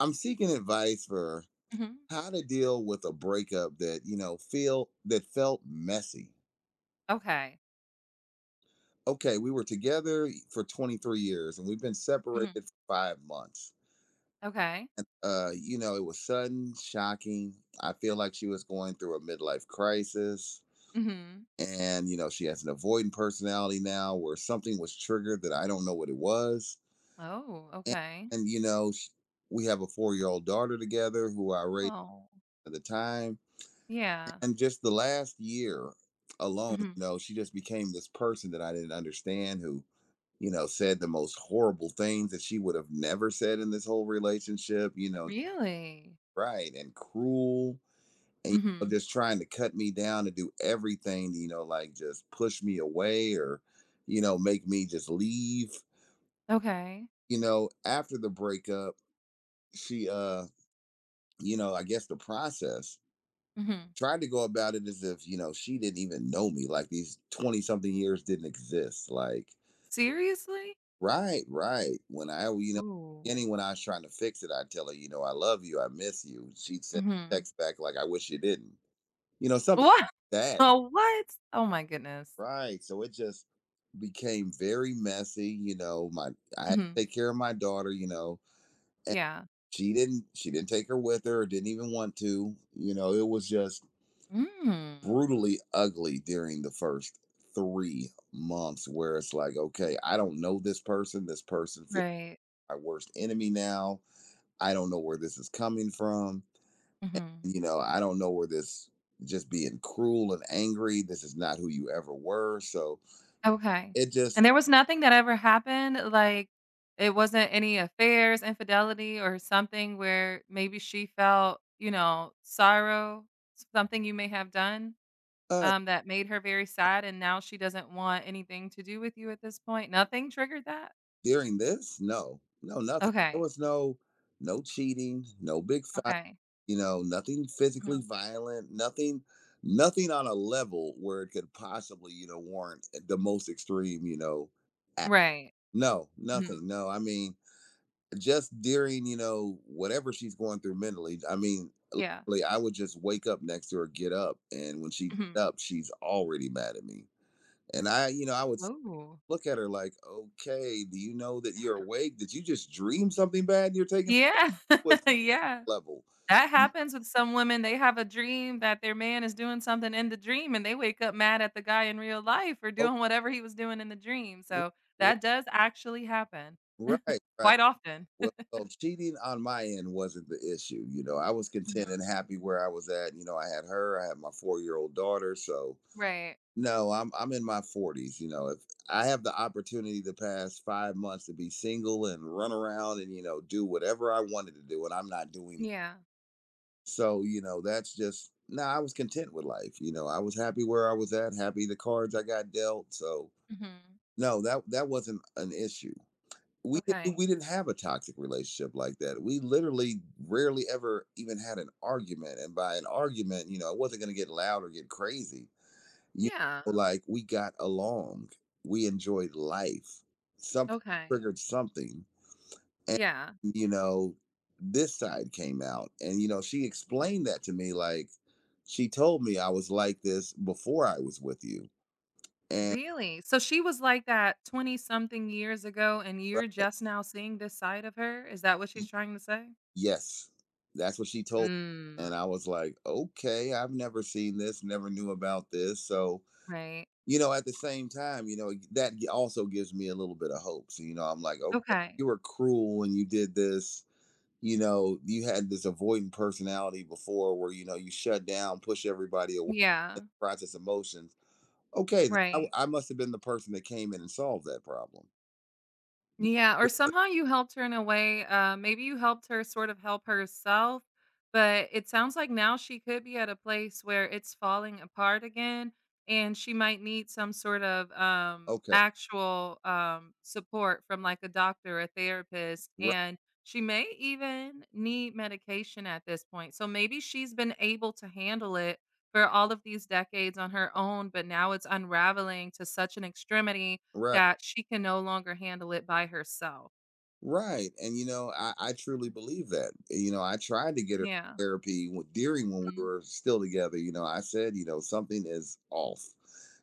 I'm seeking advice for Mhm. how to deal with a breakup that, feel that felt messy. Okay. Okay, we were together for 23 years and we've been separated Mhm. for 5 months. Okay. You know, it was sudden, shocking. I feel like she was going through a midlife crisis Mhm. and, you know, she has an avoidant personality now where something was triggered that I don't know what it was. Oh, And, okay. and you know, sh- We have a 4-year-old daughter together who I raised Oh, at the time, yeah. and just the last year alone, Mhm. you know, she just became this person that I didn't understand who, you know, said the most horrible things that she would have never said in this whole relationship, you know, Really? right and cruel. And you know, Mhm. just trying to cut me down, to do everything, you know, like just push me away or, you know, make me just leave. Okay. You know, after the breakup, she you know, I guess the process Mhm. tried to go about it as if, you know, she didn't even know me, like these 20 something years didn't exist. Like, Seriously? right, right. When I, you know, Ooh. beginning when I was trying to fix it, I'd tell her, you know, I love you, I miss you. She'd send Mhm. text back like, I wish you didn't, you know, something What? like that. Oh, what? Oh my goodness. Right, so it just became very messy. You know, my I had Mhm. to take care of my daughter, you know, and Yeah. she didn't take her with her or didn't even want to. You know, it was just Mm. brutally ugly during the first 3 months where it's like, okay, I don't know this person. This person feels Right. my worst enemy now. I don't know where this is coming from. Mhm. You know, I don't know where this just being cruel and angry. This is not who you ever were. So Okay. it just And there was nothing that ever happened? Like, it wasn't any affairs, infidelity, or something where maybe she felt, you know, sorrow, something you may have done, uh that made her very sad, and now she doesn't want anything to do with you at this point? Nothing triggered that? during this, no, no, nothing. There Okay. was no no cheating, no big fight. Okay. You know, nothing Mhm. physically violent, nothing on a level where it could possibly, you know, warrant the most extreme, you know, act. Right. No, Mhm. nothing. No, I mean, just during, you know, whatever she's going through mentally, I mean, Yeah. literally, I would just wake up next to her, get up, and when she get Mhm. up, she's already mad at me. And I, you know, I would Oh. look at her like, okay, do you know that you're awake? Did you just dream something bad? And you're taking it Yeah. was Yeah. level. That Mm, happens with some women, they have a dream that their man is doing something in the dream, and they wake up mad at the guy in real life for oh, doing whatever he was doing in the dream, so that does actually happen right, right. quite often. Well, cheating on my end wasn't the issue. You know, I was content and Mhm. happy where I was at. You know, I had her, I had my 4 year old daughter. So Right. no, I'm in my forties. You know, if I have the opportunity the past 5 months to be single and run around and, you know, do whatever I wanted to do, and I'm not doing it. Yeah. So you know, that's just no. I was content with life. You know, I was happy where I was at, happy the cards I got dealt. So Mhm. no, that wasn't an issue. we didn't, Okay. we didn't have a toxic relationship like that. We literally rarely ever even had an argument, and by an argument, you know, it wasn't going to get loud or get crazy. You Yeah. know, like, we got along, we enjoyed life. Something Okay. triggered something, and Yeah. you know, this side came out, and you know, she explained that to me. Like, she told me I was like this before I was with you, and. Really? So she was like that 20 something years ago, and you're Right, just now seeing this side of her? Is that what she's trying to say? yes, that's what she told me. Mm. And I was like, "Okay, I've never seen this, never knew about this." So, Right. you know, at the same time, you know, that also gives me a little bit of hope. So, you know, I'm like, "Okay, Okay. you were cruel and you did this." You know, you had this avoidant personality before where, you know, you shut down, push everybody away, Yeah. process emotions. Okay, then I, Right. I must have been the person that came in and solved that problem. Yeah, or somehow you helped her in a way, maybe you helped her sort of help herself, but it sounds like now she could be at a place where it's falling apart again, and she might need some sort of Okay, actual support from like a doctor or a therapist, right, and she may even need medication at this point. So maybe she's been able to handle it for all of these decades on her own, but now it's unraveling to such an extremity right. that she can no longer handle it by herself. Right. And you know, I truly Mhm. believe that. You know, I tried to get her Yeah. therapy during when we Mm. were still together. You know, I said, you know, something is off.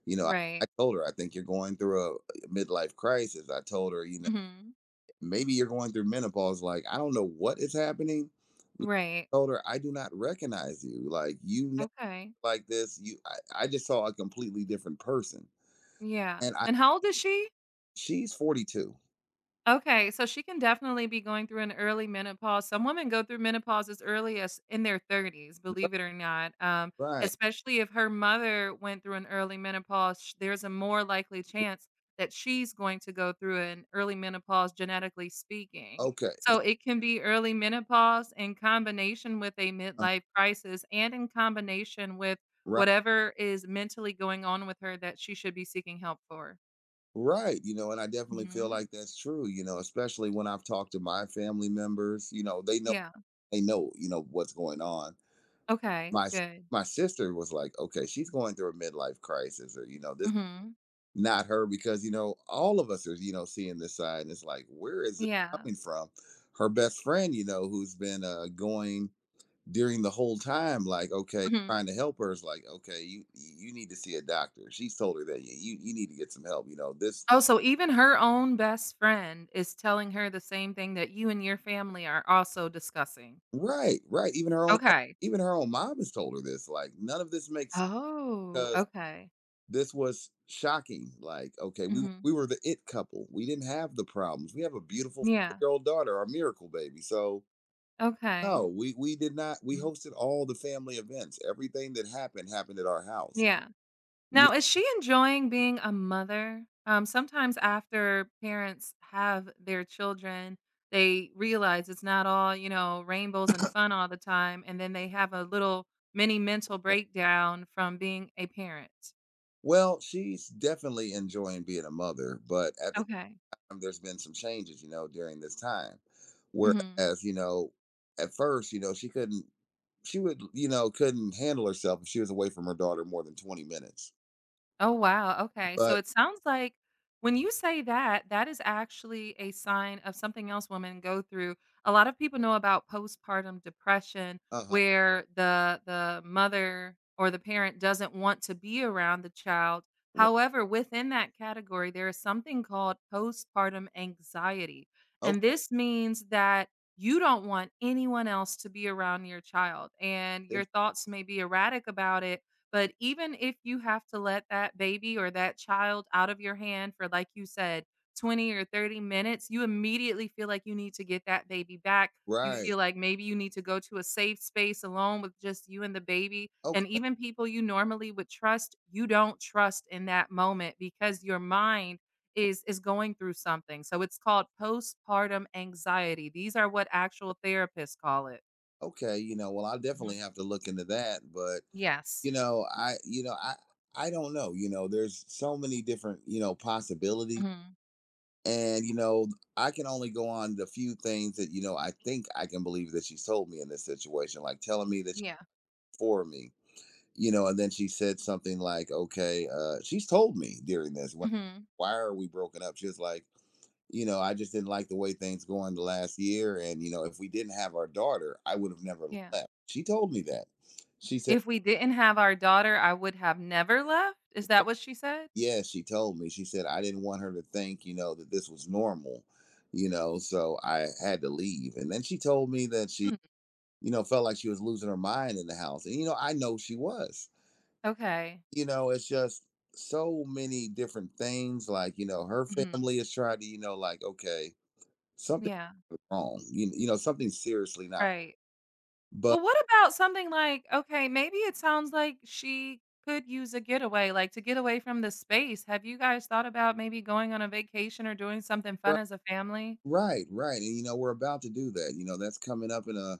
You know, I Right. told her, I think you're going through a midlife crisis. I told her, you know, Mhm. maybe you're going through menopause. Like, I don't know what is happening. Right. Told her, I do not recognize you. Like, you never Okay. like this. You, I just saw a completely different person. Yeah. And I, And how old is she? she's 42. Okay, so she can definitely be going through an early menopause. Some women go through menopause as early as in their 30s, believe it or not. Right. Especially if her mother went through an early menopause, there's a more likely chance that she's going to go through an early menopause, genetically speaking. Okay. So it can be early menopause in combination with a Uh, midlife crisis and in combination with right. whatever is mentally going on with her that she should be seeking help for. Right. You know, and I definitely feel Hmm. like that's true, you know, especially when I've talked to my family members, you know, they know Yeah. You know, what's going on. Okay. My s- Good. my sister was like, "Okay, she's going through a midlife crisis, or you know, this Mhm. not her because you know, all of us are, you know, seeing this side and it's like, where is it Yeah. coming from?" Her best friend, you know, who's been going during the whole time like, okay, Mhm. trying to help her is like, "Okay, you need to see a doctor." She's told her that you need to get some help, you know. This Oh, so even her own best friend is telling her the same thing that you and your family are also discussing. right, right. Okay. Even her own mom has told her this. Like, none of this makes Oh, because okay. this was shocking. Like, okay, we Mhm. we were the it couple. We didn't have the problems. We have a beautiful Yeah. year old daughter, our miracle baby. So Okay. no, we did not. We Mhm. hosted all the family events. Everything that happened happened at our house. Yeah. Yeah. Now, is she enjoying being a mother? Sometimes after parents have their children, they realize it's not all, you know, rainbows and fun all the time. And then they have a little mini mental breakdown from being a parent. Well, she's definitely enjoying being a mother, but at Okay. There's been some changes, you know, during this time. Mhm. Whereas, you know, at first, you know, she would, you know, couldn't handle herself if she was away from her daughter more than 20 minutes. Oh, wow, okay, so But, it sounds like when you say that, that is actually a sign of something else women go through. A lot of people know about postpartum depression, uh huh. where the mother or the parent doesn't want to be around the child. Right. However, within that category, there is something called postpartum anxiety, and Okay. this means that you don't want anyone else to be around your child, and then- your thoughts may be erratic about it. But even if you have to let that baby or that child out of your hand for, like you said, 20 or 30 minutes, you immediately feel like you need to get that baby back. You Right. feel like maybe you need to go to a safe space alone with just you and the baby. And Okay. even people you normally would trust, you don't trust in that moment, because your mind is going through something. So it's called postpartum anxiety. These are what actual therapists call it. Okay. You know, well, I Mhm. definitely have to look into that. But, Yes. you know, I don't know. You know, there's so many different, you know, possibilities. Mhm. And, you know, I can only go on the few things that, you know, I think I can believe that she's told me in this situation, like telling me that Yeah. for me, you know. And then she said something like, okay, she's told me during this when, Mhm. why are we broken up. She was like, you know, I just didn't like the way things going the last year, and you know, if we didn't have our daughter, I would have never Yeah. left. She told me that, she said, If we didn't have our daughter, I would have never left? Is that what she said? yes, she told me, she said, I didn't want her to think, you know, that this was normal, you know, so I had to leave. And then she told me that she, Mm, you know, felt like she was losing her mind in the house, and you know, I know she was, okay. you know, it's just so many different things. Like, you know, her Mhm. family has tried to, you know, like, okay, something Yeah, wrong. You know, something seriously not. right. But Well, what about something like, okay, maybe it sounds like she could use a getaway, like, to get away from the space. Have you guys thought about maybe going on a vacation or doing something fun right, as a family? right, right. And you know, we're about to do that. You know, that's coming up in a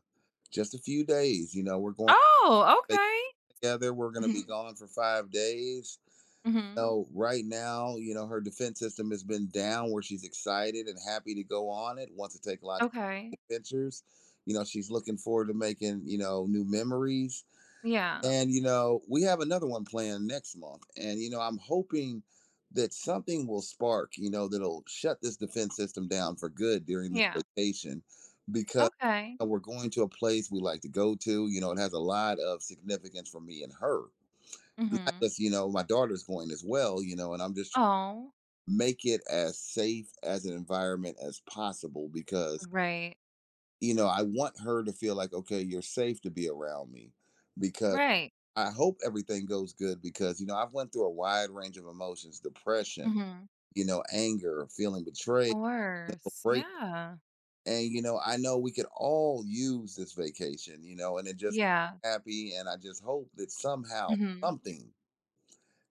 just a few days. You know, we're going Oh, to stay okay. together. We're going to be Mhm, gone for 5 days. mhm. So right now, you know, her defense system has been down where she's excited and happy to go on it, wants to take lots Okay. of adventures. You know, she's looking forward to making, you know, new memories. Yeah, And you know, we have another one planned next month. And you know, I'm hoping that something will spark, you know, that'll shut this defense system down for good during this yeah. rotation because Okay. We're going to a place we like to go to. You know, it has a lot of significance for me and her. Not Mhm. just, you know, my daughter's going as well, you know, and I'm just trying Oh, to make it as safe as an environment as possible because, right, you know, I want her to feel like, okay, you're safe to be around me because right. I hope everything goes good because you know I've went through a wide range of emotions, depression, Mhm. you know, anger, feeling betrayed, Course, break, yeah. and you know I know we could all use this vacation, you know, and it just Yeah. happy, and I just hope that somehow Mhm. something,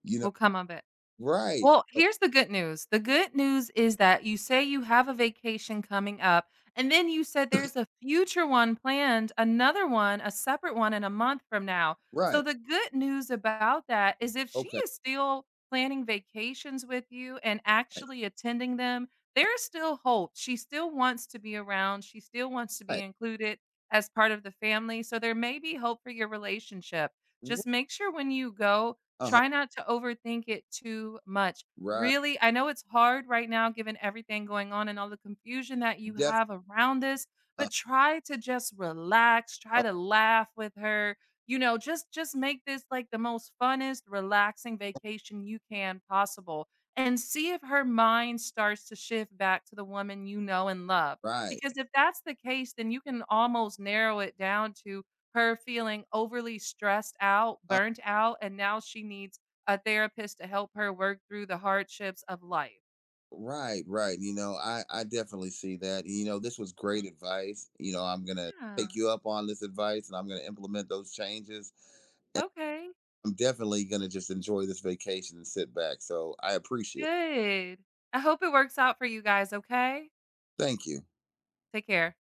you know, Will come of it. right, Well, here's the good news. The good news is that you say you have a vacation coming up, and then you said there's a future one planned, another one, a separate one in a month from now. right, So the good news about that is if she okay, is still planning vacations with you and right, actually attending them, there's still hope. She still wants to be around. She still wants to be right, included as part of the family. So there may be hope for your relationship. Just make sure when you go, uh huh, try not to overthink it too much. right, Really, I know it's hard right now given everything going on and all the confusion that you definitely, have around this, uh, but try to just relax, try oh, to laugh with her. You know, just make this like the most funnest, relaxing vacation you can possible, and see if her mind starts to shift back to the woman you know and love. right, Because if that's the case, then you can almost narrow it down to her feeling overly stressed out, uh burnt out, and now she needs a therapist to help her work through the hardships of life. right, right. You know, I definitely see that. You know, this was Mhm. great advice. You know, I'm gonna Yeah. take you up on this advice, and I'm gonna implement those changes. Okay. I'm definitely gonna just enjoy this vacation and sit back. So I appreciate it. Good. I hope it works out for you guys, okay? Thank you. Take care.